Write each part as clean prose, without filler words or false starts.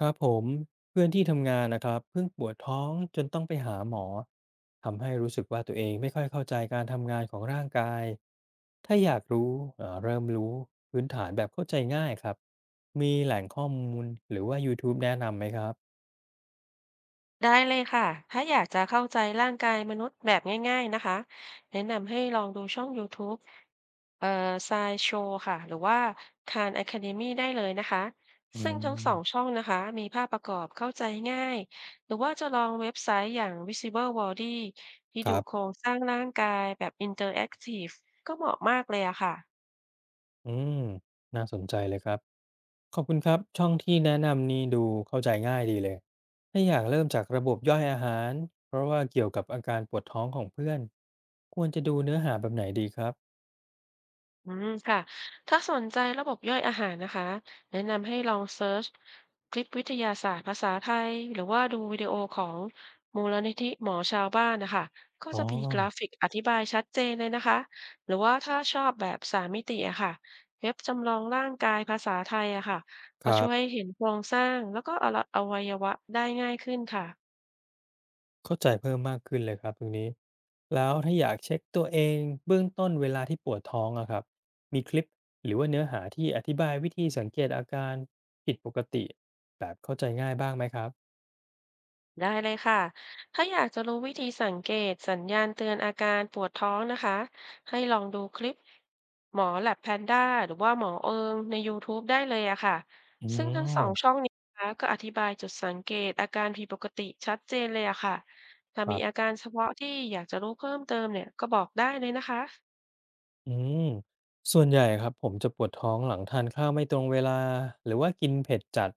ครับผมเพื่อนที่ทำงานนะครับเพิ่งปวดท้องจนต้องไปหาหมอทำให้รู้สึกว่าตัวเองไม่ค่อยเข้าใจการทำงานของร่างกายถ้าอยากรู้เริ่มรู้พื้นฐานแบบเข้าใจง่ายครับมีแหล่งข้อมูลหรือว่า YouTube แนะนำไหมครับได้เลยค่ะ ถ้าอยากจะเข้าใจร่างกายมนุษย์แบบง่ายๆนะคะ แนะนำให้ลองดูช่อง YouTube เอ่อ Science Show ค่ะ หรือว่า Khan Academy ได้เลยนะคะ อืซึ่งทั้งสองช่มองนะคะมีภาพประกอบเข้าใจง่าย หรือว่าจะลองเว็บไซต์อย่าง Visible Body ที่คดูรัโครบงสร้างร่างกายแบบ Interactive ก็เหมาะมากเลยอะค่ะ อืมน่าสนใจเลยครับ ขอบคุณครับช่องที่แนะนำนี่ดูเข้าใจง่ายดีเลยถ้าอยากเริ่มจากระบบย่อยอาหารเพราะว่าเกี่ยวกับอาการปวดท้องของเพื่อนควรจะดูเนื้อหาแบบไหนดีครับอืมค่ะถ้าสนใจระบบย่อยอาหารนะคะแนะนำให้ลองเซิร์ชคลิปวิทยาศาสตร์ภาษาไทย หรือว่าดูวิดีโอของมูลนิธิหมอชาวบ้านนะคะก็อ๋อจะมีกราฟิกอธิบายชัดเจนเลยนะคะหรือว่าถ้าชอบแบบสามมิติอะค่ะเว็บจำลองร่างกายภาษาไทยอะค่ะคก็รัช่วยให้บเห็นโครงสร้างแล้วก็อวัยวะได้ง่ายขึ้นค่ะ เข้าใจเพิ่มมากขึ้นเลยครับตรงนี้แล้วถ้าอยากเช็คตัวเองเบื้องต้นเวลาที่ปวดท้องอะครับมีคลิปหรือว่าเนื้อหาที่อธิบายวิธีสังเกตอาการผิดปกติแบบเข้าใจง่ายบ้างไหมครับได้เลยค่ะ ถ้าอยากจะรู้วิธีสังเกตสัญญาณเตือนอาการปวดท้องนะคะ ให้ลองดูคลิปหมอแลบแพนด้าหรือว่าหมอเอิงใน YouTube ได้เลยอะค่ะ อืซึ่งทั้งสองมช่องนี้นะคะก็อธิบายจุดสังเกตอาการผิดปกติชัดเจนเลยอะค่ะ ถ้าคมีรัอาบ การเฉพาะที่อยากจะรู้เพิ่มเติมเนี่ยก็บอกได้เลยนะคะ อืมส่วนใหญ่ครับผมจะปวดท้องหลังทานข้าวไม่ตรงเวลาหรือว่ากินเผ็ดจัด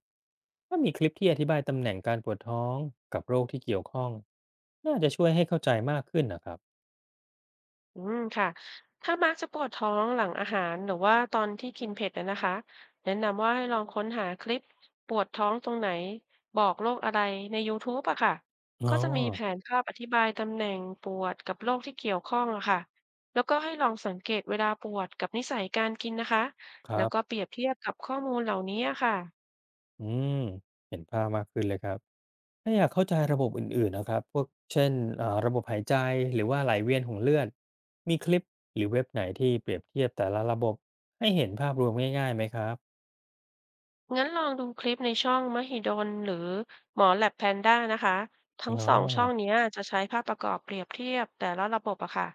ถ้ามีคลิปที่อธิบายตำแหน่งการปวดท้องกับโรคที่เกี่ยวข้องน่าจะช่วยให้เข้าใจมากขึ้นนะครับอืมค่ะถ้ามักจะปวดท้องหลังอาหารหรือว่าตอนที่กินเผ็ดนะนะคะแนะนำว่าให้ลองค้นหาคลิปปวดท้องตรงไหนบอกโรคอะไรใน YouTube อะค่ะอ๋อก็จะมีแผนภาพอธิบายตำแหน่งปวดกับโรคที่เกี่ยวข้องอะค่ะแล้วก็ให้ลองสังเกตเวลาปวดกับนิสัยการกินนะคะคแล้รัวก็บเปรียบเทียบกับข้อมูลเหล่านี้อะค่ะ อืมเห็นภาพมากขึ้นเลยครับถ้าอยากเข้าใจระบบอื่นๆนะครับพวกเช่นระบบหายใจหรือว่าไหลเวียนของเลือดมีคลิปหรือเว็บไหนที่เปรียบเทียบแต่ละระบบให้เห็นภาพรวมง่ายๆไหมครับงั้นลองดูคลิปในช่องมหิดลหรือหมอแลบแพนด้านะคะทั้อ๋งอสองช่องเนี้ยจะใช้ภาพประกอบเปรียบเทียบแต่ละระบบอะค่ะ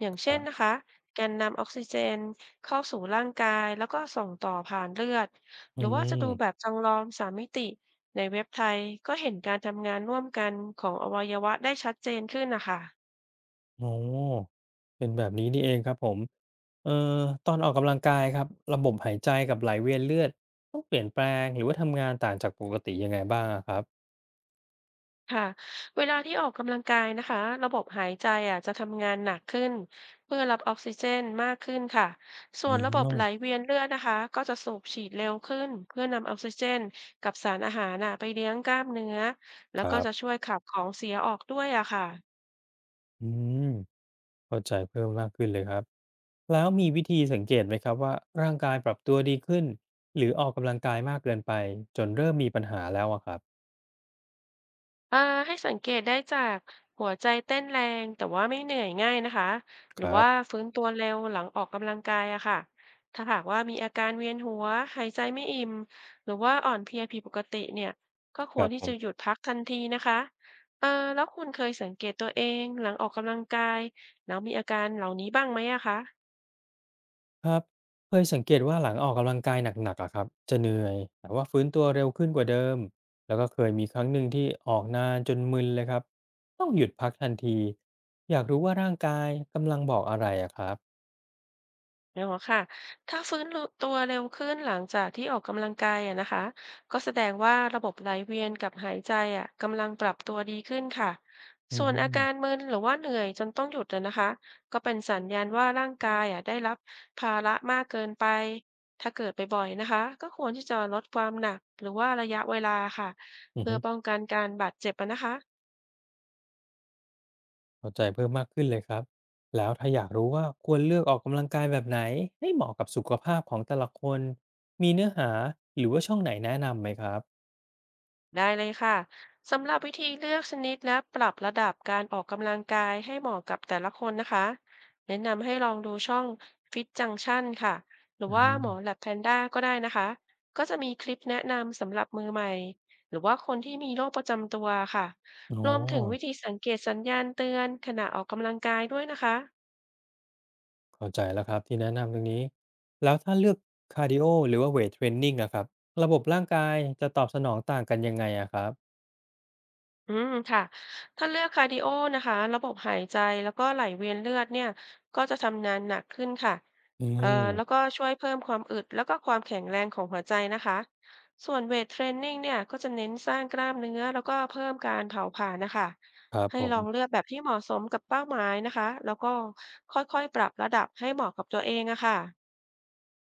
อย่างคเช่นรันะบคะแกนนำออกซิเจนเข้าสู่ร่างกายแล้วก็ส่งต่อผ่านเลือดหอืรือว่าจะดูแบบม จำลองสามมิติในเว็บไทยก็เห็นการทำงานร่วมกันของอวัยวะได้ชัดเจนขึ้นนะคะ โอ้เป็นแบบนี้นี่เองครับผมเอ่อตอนออกกำลังกายครับระบบหายใจกับไหลเวียนเลือดต้องเปลี่ยนแปลงหรือว่าทำงานต่างจากปกติยังไงบ้างอะครับค่ะเวลาที่ออกกำลังกายนะคะระบบหายใจอ่ะจะทำงานหนักขึ้นเพื่อรับออกซิเจนมากขึ้นค่ะส่วอ๋นอระบบไหลเวียนเลือดนะคะก็จะสูบฉีดเร็วขึ้นเพื่อนำออกซิเจนกับสารอาหารน่ะไปเลี้ยงกล้ามเนื้อแล้ควก็รัจะบช่วยขับของเสียออกด้วยอะค่ะ อืมเข้าใจเพิ่มมากขึ้นเลยครับแล้วมีวิธีสังเกตไหมครับว่าร่างกายปรับตัวดีขึ้นหรือออกกำลังกายมากเกินไปจนเริ่มมีปัญหาแล้วอะครับอาให้สังเกตได้จากหัวใจเต้นแรงแต่ว่าไม่เหนื่อยง่ายนะคะหครือรัว่าบฟื้นตัวเร็วหลังออกกำลังกายอะค่ะถ้าหากว่ามีอาการเวียนหัวหายใจไม่อิ่มหรือว่าอ่อนเพลียผิดปกติเนี่ยก็คควรรับที่ผจะหยุม ดพักทันทีนะคะเออแล้วคุณเคยสังเกตตัวเองหลังออกกำลังกายแล้วมีอาการเหล่านี้บ้างไหมอะคะ ครับเคยสังเกตว่าหลังออกกำลังกายหนักๆอะครับจะเหนื่อยแต่ว่าฟื้นตัวเร็วขึ้นกว่าเดิมแล้วก็เคยมีครั้งหนึ่งที่ออกนานจนมึนเลยครับต้องหยุดพักทันทีอยากรู้ว่าร่างกายกำลังบอกอะไรอะครับอ๋อค่ะถ้าฟื้นตัวเร็วขึ้นหลังจากที่ออกกำลังกายอะนะคะก็แสดงว่าระบบไหลเวียนกับหายใจอะกำลังปรับตัวดีขึ้นค่ะอืส่วนอาการมมึนหรือว่าเหนื่อยจนต้องหยุดอะนะคะก็เป็นสัญญาณว่าร่างกายอะได้รับภาระมากเกินไปถ้าเกิดไปบ่อยๆนะคะก็ควรที่จะลดความหนักหรือว่าระยะเวลาค่ะอือเพื่อฮึป้องกันการบาดเจ็บอะนะคะ เข้าใจเพิ่มมากขึ้นเลยครับแล้วถ้าอยากรู้ว่าควรเลือกออกกำลังกายแบบไหนให้เหมาะกับสุขภาพของแต่ละคนมีเนื้อหาหรือว่าช่องไหนแนะนำไหมครับได้เลยค่ะสำหรับวิธีเลือกชนิดและปรับระดับการออกกำลังกายให้เหมาะกับแต่ละคนนะคะแนะนำให้ลองดูช่อง Fit Junction ค่ะหรืออาว่าหมอ Lab Panda ก็ได้นะคะก็จะมีคลิปแนะนำสำหรับมือใหม่หรือว่าคนที่มีโรคประจำตัวค่ะอ๋อ รวมถึงวิธีสังเกตสัญญาณเตือนขณะออกกำลังกายด้วยนะคะ เข้าใจแล้วครับที่แนะนำตรงนี้แล้วถ้าเลือกคาร์ดิโอหรือว่าเวทเทรนนิ่งอะครับระบบร่างกายจะตอบสนองต่างกันยังไงอะครับอืมค่ะถ้าเลือกคาร์ดิโอนะคะระบบหายใจแล้วก็ไหลเวียนเลือดเนี่ยก็จะทำงานหนักขึ้นค่ะอืเอ่อมแล้วก็ช่วยเพิ่มความอึดแล้วก็ความแข็งแรงของหัวใจนะคะส่วนเวทเทรนนิ่งเนี่ยก็จะเน้นสร้างกล้ามเนื้อแล้วก็เพิ่มการเผาผลาญนะคะครับให้ผลมองเลือกแบบที่เหมาะสมกับเป้าหมายนะคะแล้วก็ค่อยๆปรับระดับให้เหมาะกับตัวเองอะค่ะ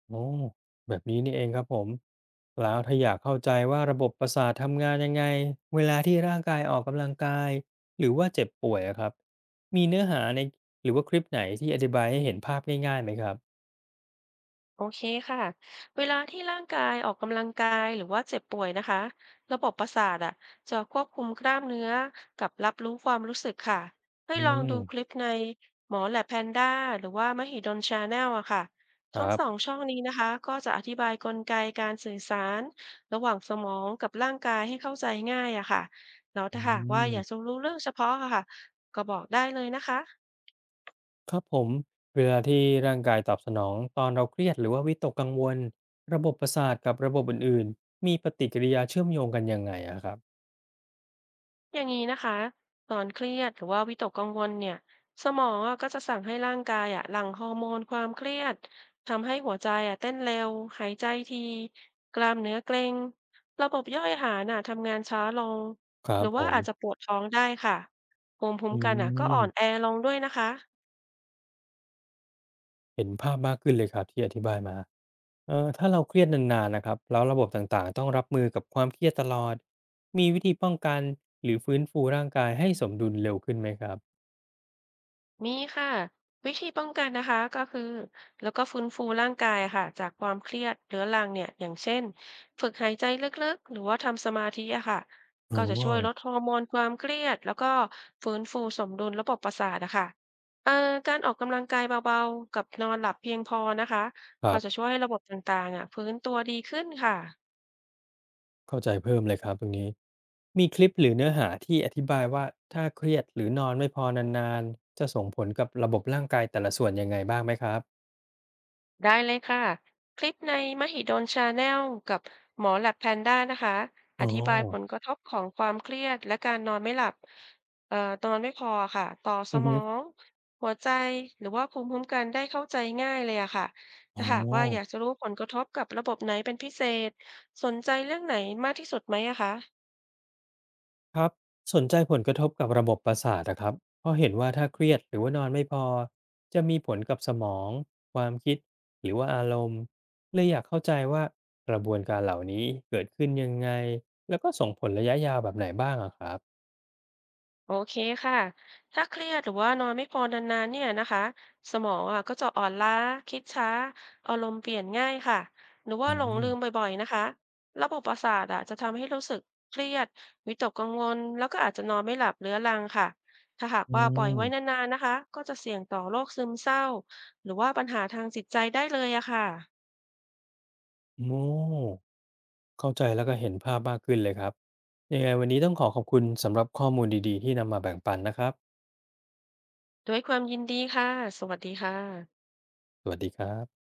โอ้แบบนี้นี่เองครับผมแล้วถ้าอยากเข้าใจว่าระบบประสาททำงานยังไงเวลาที่ร่างกายออกกำลังกายหรือว่าเจ็บป่วยอะครับมีเนื้อหาในหรือว่าคลิปไหนที่อธิบายให้เห็นภาพง่ายๆไหมครับโอเคค่ะเวลาที่ร่างกายออกกำลังกายหรือว่าเจ็บป่วยนะคะระบบประสาทอ่ะจะควบคุมกล้ามเนื้อกับรับรู้ความรู้สึกค่ะให้อืลองดูมคลิปในหมอแลบแพนด้าหรือว่ามหิดลชาแนลอะค่ะคทั้รังสองบช่องนี้นะคะก็จะอธิบายกลไกการสื่อสารระหว่างสมองกับร่างกายให้เข้าใจง่ายอะค่ะแล้วอืถ้าหากว่าอยากจะม รู้เรื่องเฉพาะอะค่ะก็บอกได้เลยนะคะ ครับผมเวลาที่ร่างกายตอบสนองตอนเราเครียดหรือว่าวิตกกังวลระบบประสาทกับระบบอื่นๆมีปฏิกิริยาเชื่อมโยงกันยังไงอะครับอย่างนี้นะคะตอนเครียดหรือว่าวิตกกังวลเนี่ยสมองอะก็จะสั่งให้ร่างกายอะหลั่งฮอร์โมนความเครียดทำให้หัวใจอะเต้นเร็วหายใจทีกล้ามเนื้อเกร็งระบบย่อยอาหารน่ะทำงานช้าลงครัหรืบอผว่ามอาจจะปวดท้องได้ค่ะภูมิคุ้อืมกันอะก็อ่อนแอมลงด้วยนะคะ เห็นภาพมากขึ้นเลยครับที่อธิบายมาถ้าเราเครียดนานๆนะครับแล้วระบบต่างๆต้องรับมือกับความเครียดตลอดมีวิธีป้องกันหรือฟื้นฟูร่างกายให้สมดุลเร็วขึ้นไหมครับมีค่ะวิธีป้องกันนะคะก็คือแล้วก็ฟื้นฟูร่างกายค่ะจากความเครียดเรื้อรังเนี่ยอย่างเช่นฝึกหายใจลึกๆหรือว่าทำสมาธิอะค่ะอ๋ก็อจะช่วยลดฮอร์โมนความเครียดแล้วก็ฟื้นฟูสมดุลระบบประสาทอะค่ะเอ่อการออกกำลังกายเบาๆกับนอนหลับเพียงพอนะคะคก็รัจะช่บวยให้ระบบต่างๆอะฟื้นตัวดีขึ้นค่ะ เข้าใจเพิ่มเลยครับตรงนี้ มีคลิปหรือเนื้อหาที่อธิบายว่าถ้าเครียดหรือนอนไม่พอนานๆจะส่งผลกับระบบร่างกายแต่ละส่วนยังไงบ้างไหมครับได้เลยค่ะคลิปในมหิดลชาแนลกับหมอแลบแพนด้านะคะออ๋อธิบายผลกระทบของความเครียดและการนอนไม่หลับเอ่อนอนไม่พอค่ะต่อสอือมฮึองหัวใจหรือว่าภูมิคุ้มกันได้เข้าใจง่ายเลยอะค่ะอ๋อถ้าหากว่าอยากจะรู้ผลกระทบกับระบบไหนเป็นพิเศษสนใจเรื่องไหนมากที่สุดไหมอะคะ ครับสนใจผลกระทบกับระบบประสาทนะครับเพราะเห็นว่าถ้าเครียดหรือว่านอนไม่พอจะมีผลกับสมองความคิดหรือว่าอารมณ์เลยอยากเข้าใจว่ากระบวนการเหล่านี้เกิดขึ้นยังไงแล้วก็ส่งผลระยะยาวแบบไหนบ้างอะครับโอเคค่ะถ้าเครียดหรือว่านอนไม่พอนานๆเนี่ยนะคะสมองอ่ะก็จะอ่อนล้าคิดช้าอารมณ์เปลี่ยนง่ายค่ะหรือว่าอ๋อหลงลืมบ่อยๆนะคะระบบประสาทอ่ะจะทำให้รู้สึกเครียดวิตกกังวลแล้วก็อาจจะนอนไม่หลับเรื้อรังค่ะถ้าหากอืว่าปล่อยไว้นมานๆนะคะก็จะเสี่ยงต่อโรคซึมเศร้าหรือว่าปัญหาทางจิตใจได้เลยอะค่ะโอ้ เข้าใจแล้วก็เห็นภาพมากขึ้นเลยครับยังไงวันนี้ต้องขอขอบคุณสำหรับข้อมูลดีๆที่นำมาแบ่งปันนะครับ ด้วยความยินดีค่ะสวัสดีค่ะสวัสดีครับ